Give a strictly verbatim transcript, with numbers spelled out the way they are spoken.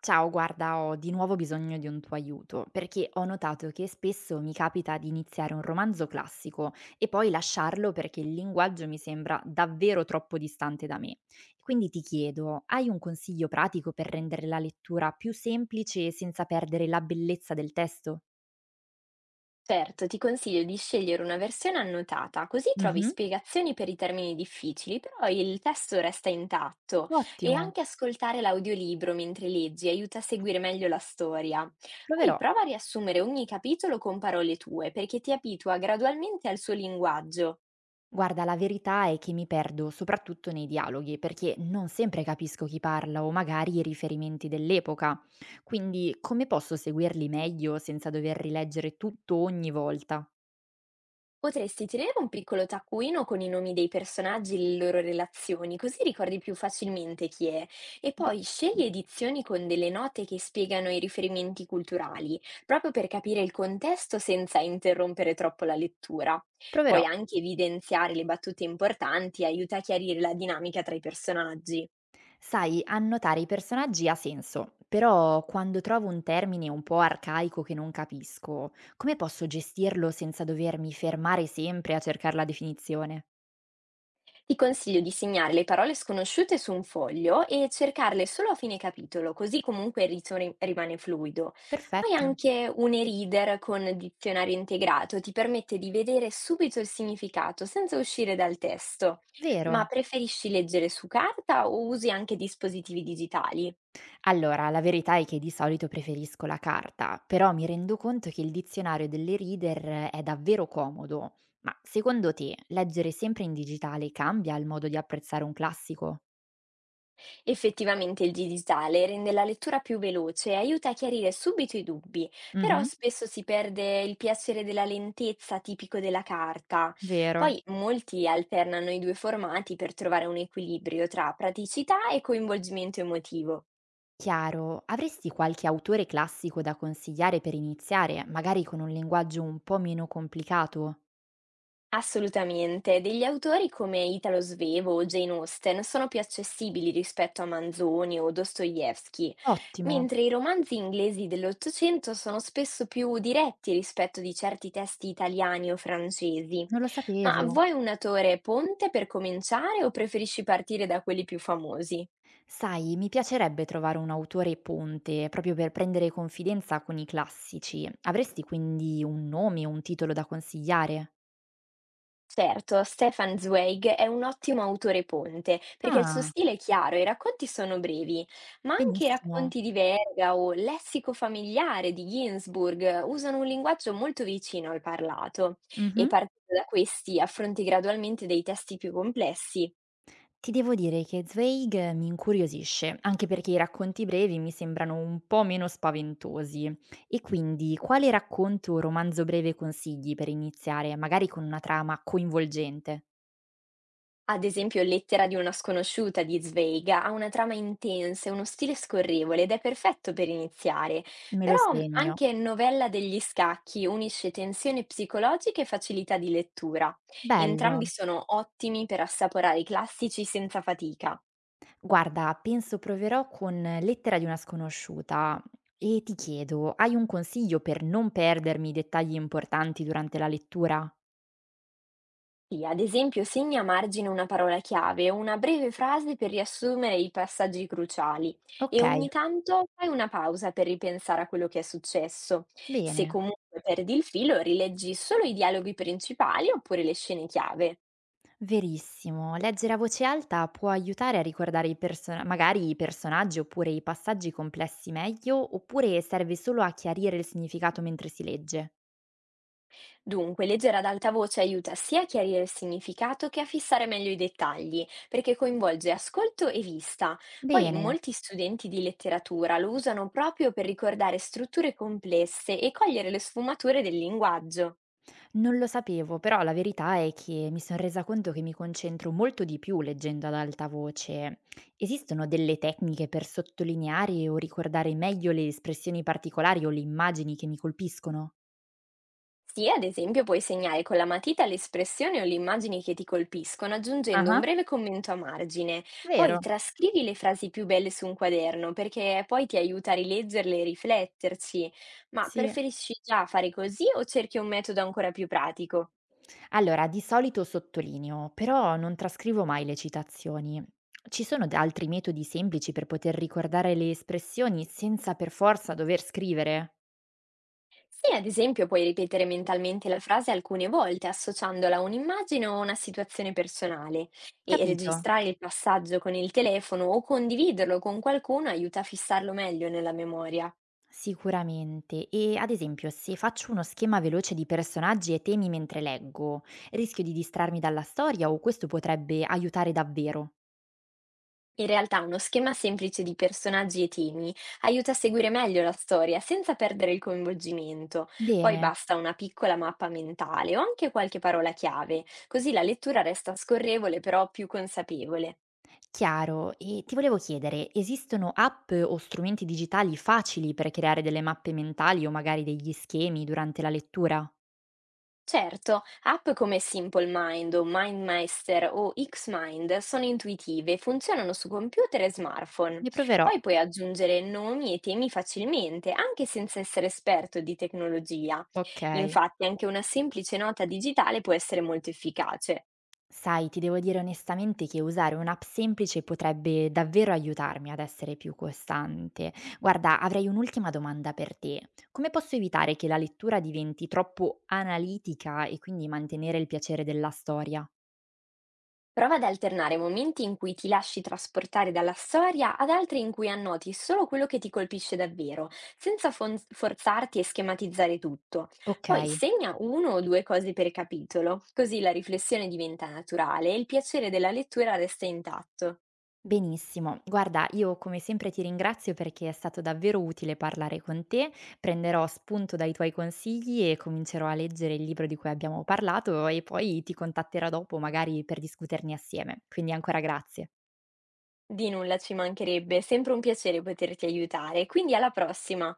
Ciao, guarda, ho di nuovo bisogno di un tuo aiuto, perché ho notato che spesso mi capita di iniziare un romanzo classico e poi lasciarlo perché il linguaggio mi sembra davvero troppo distante da me. Quindi ti chiedo, hai un consiglio pratico per rendere la lettura più semplice senza perdere la bellezza del testo? Certo, ti consiglio di scegliere una versione annotata, così trovi Mhm. spiegazioni per i termini difficili, però il testo resta intatto e Ottimo, anche ascoltare l'audiolibro mentre leggi aiuta a seguire meglio la storia. Poi proverò. prova a riassumere ogni capitolo con parole tue, perché ti abitua gradualmente al suo linguaggio. Guarda, la verità è che mi perdo, soprattutto nei dialoghi, perché non sempre capisco chi parla o magari i riferimenti dell'epoca. Quindi come posso seguirli meglio senza dover rileggere tutto ogni volta? Potresti tenere un piccolo taccuino con i nomi dei personaggi e le loro relazioni, così ricordi più facilmente chi è. E poi scegli edizioni con delle note che spiegano i riferimenti culturali, proprio per capire il contesto senza interrompere troppo la lettura. Poi Proverò, anche evidenziare le battute importanti aiuta a chiarire la dinamica tra i personaggi. sai, annotare i personaggi ha senso, però quando trovo un termine un po' arcaico che non capisco, come posso gestirlo senza dovermi fermare sempre a cercare la definizione? Ti consiglio di segnare le parole sconosciute su un foglio e cercarle solo a fine capitolo, così comunque il rizzo ri- rimane fluido. Poi Perfetto, anche un e-reader con dizionario integrato ti permette di vedere subito il significato senza uscire dal testo. Ma vero? preferisci leggere su carta o usi anche dispositivi digitali? Allora, la verità è che di solito preferisco la carta, però mi rendo conto che il dizionario delle reader è davvero comodo. Ma secondo te, leggere sempre in digitale cambia il modo di apprezzare un classico? Effettivamente il digitale rende la lettura più veloce e aiuta a chiarire subito i dubbi, però Mhm, spesso si perde il piacere della lentezza tipico della carta. vero. Poi molti alternano i due formati per trovare un equilibrio tra praticità e coinvolgimento emotivo. Chiaro, avresti qualche autore classico da consigliare per iniziare, magari con un linguaggio un po' meno complicato? Assolutamente. Degli autori come Italo Svevo o Jane Austen sono più accessibili rispetto a Manzoni o Dostoevsky, Ottimo, mentre i romanzi inglesi dell'Ottocento sono spesso più diretti rispetto di certi testi italiani o francesi. non lo Ma sapevo. vuoi un autore ponte per cominciare o preferisci partire da quelli più famosi? Sai, mi piacerebbe trovare un autore ponte, proprio per prendere confidenza con i classici. Avresti quindi un nome o un titolo da consigliare? Certo, Stefan Zweig è un ottimo autore ponte, perché il suo Ah, stile è chiaro e i racconti sono brevi, ma anche i benissimo. racconti di Verga o Lessico familiare di Ginsburg usano un linguaggio molto vicino al parlato e Mhm. partendo da questi affronti gradualmente dei testi più complessi. Ti devo dire che Zweig mi incuriosisce, anche perché i racconti brevi mi sembrano un po' meno spaventosi. E quindi, quale racconto o romanzo breve consigli per iniziare, magari con una trama coinvolgente? Ad esempio, Lettera di una sconosciuta di Zweig ha una trama intensa e uno stile scorrevole ed è perfetto per iniziare. Me lo Però segno. anche Novella degli scacchi unisce tensione psicologica e facilità di lettura. Entrambi Bello. sono ottimi per assaporare i classici senza fatica. Guarda, penso proverò con Lettera di una sconosciuta e ti chiedo, hai un consiglio per non perdermi dettagli importanti durante la lettura? Sì, ad esempio segna a margine una parola chiave o una breve frase per riassumere i passaggi cruciali e Ok, ogni tanto fai una pausa per ripensare a quello che è successo. Se bene. comunque perdi il filo, rileggi solo i dialoghi principali oppure le scene chiave. Verissimo, leggere a voce alta può aiutare a ricordare i perso- magari i personaggi oppure i passaggi complessi meglio, oppure serve solo a chiarire il significato mentre si legge. Dunque, leggere ad alta voce aiuta sia a chiarire il significato che a fissare meglio i dettagli, perché coinvolge ascolto e vista. Poi Bene. molti studenti di letteratura lo usano proprio per ricordare strutture complesse e cogliere le sfumature del linguaggio. Non lo sapevo, però la verità è che mi son resa conto che mi concentro molto di più leggendo ad alta voce. Esistono delle tecniche per sottolineare o ricordare meglio le espressioni particolari o le immagini che mi colpiscono? Sì, ad esempio puoi segnare con la matita le espressioni o le immagini che ti colpiscono, aggiungendo un Ah-ah, breve commento a margine. Poi vero, trascrivi le frasi più belle su un quaderno, perché poi ti aiuta a rileggerle e rifletterci. Ma sì. preferisci già fare così o cerchi un metodo ancora più pratico? Allora, di solito sottolineo, però non trascrivo mai le citazioni. Ci sono d altri metodi semplici per poter ricordare le espressioni senza per forza dover scrivere? Sì, ad esempio puoi ripetere mentalmente la frase alcune volte, associandola a un'immagine o a una situazione personale. E Capito. registrare il passaggio con il telefono o condividerlo con qualcuno aiuta a fissarlo meglio nella memoria. Sicuramente. E ad esempio, se faccio uno schema veloce di personaggi e temi mentre leggo, rischio di distrarmi dalla storia o questo potrebbe aiutare davvero? In realtà uno schema semplice di personaggi e temi aiuta a seguire meglio la storia senza perdere il coinvolgimento. Poi Bene, basta una piccola mappa mentale o anche qualche parola chiave, così la lettura resta scorrevole però più consapevole. chiaro. E ti volevo chiedere, esistono app o strumenti digitali facili per creare delle mappe mentali o magari degli schemi durante la lettura? Certo, app come Simple Mind o MindMeister o XMind sono intuitive e funzionano su computer e smartphone. Ne Poi proverò. puoi aggiungere nomi e temi facilmente, anche senza essere esperto di tecnologia. Ok. Infatti, anche una semplice nota digitale può essere molto efficace. Sai, ti devo dire onestamente che usare un'app semplice potrebbe davvero aiutarmi ad essere più costante. Guarda, avrei un'ultima domanda per te. Come posso evitare che la lettura diventi troppo analitica e quindi mantenere il piacere della storia? Prova ad alternare momenti in cui ti lasci trasportare dalla storia ad altri in cui annoti solo quello che ti colpisce davvero, senza fon- forzarti e schematizzare tutto. Ok, Poi segna uno o due cose per capitolo, così la riflessione diventa naturale e il piacere della lettura resta intatto. benissimo. Guarda, io come sempre ti ringrazio perché è stato davvero utile parlare con te. Prenderò spunto dai tuoi consigli e comincerò a leggere il libro di cui abbiamo parlato e poi ti contatterò dopo magari per discuterne assieme. Quindi ancora grazie. Di nulla, ci mancherebbe, è sempre un piacere poterti aiutare, quindi alla prossima!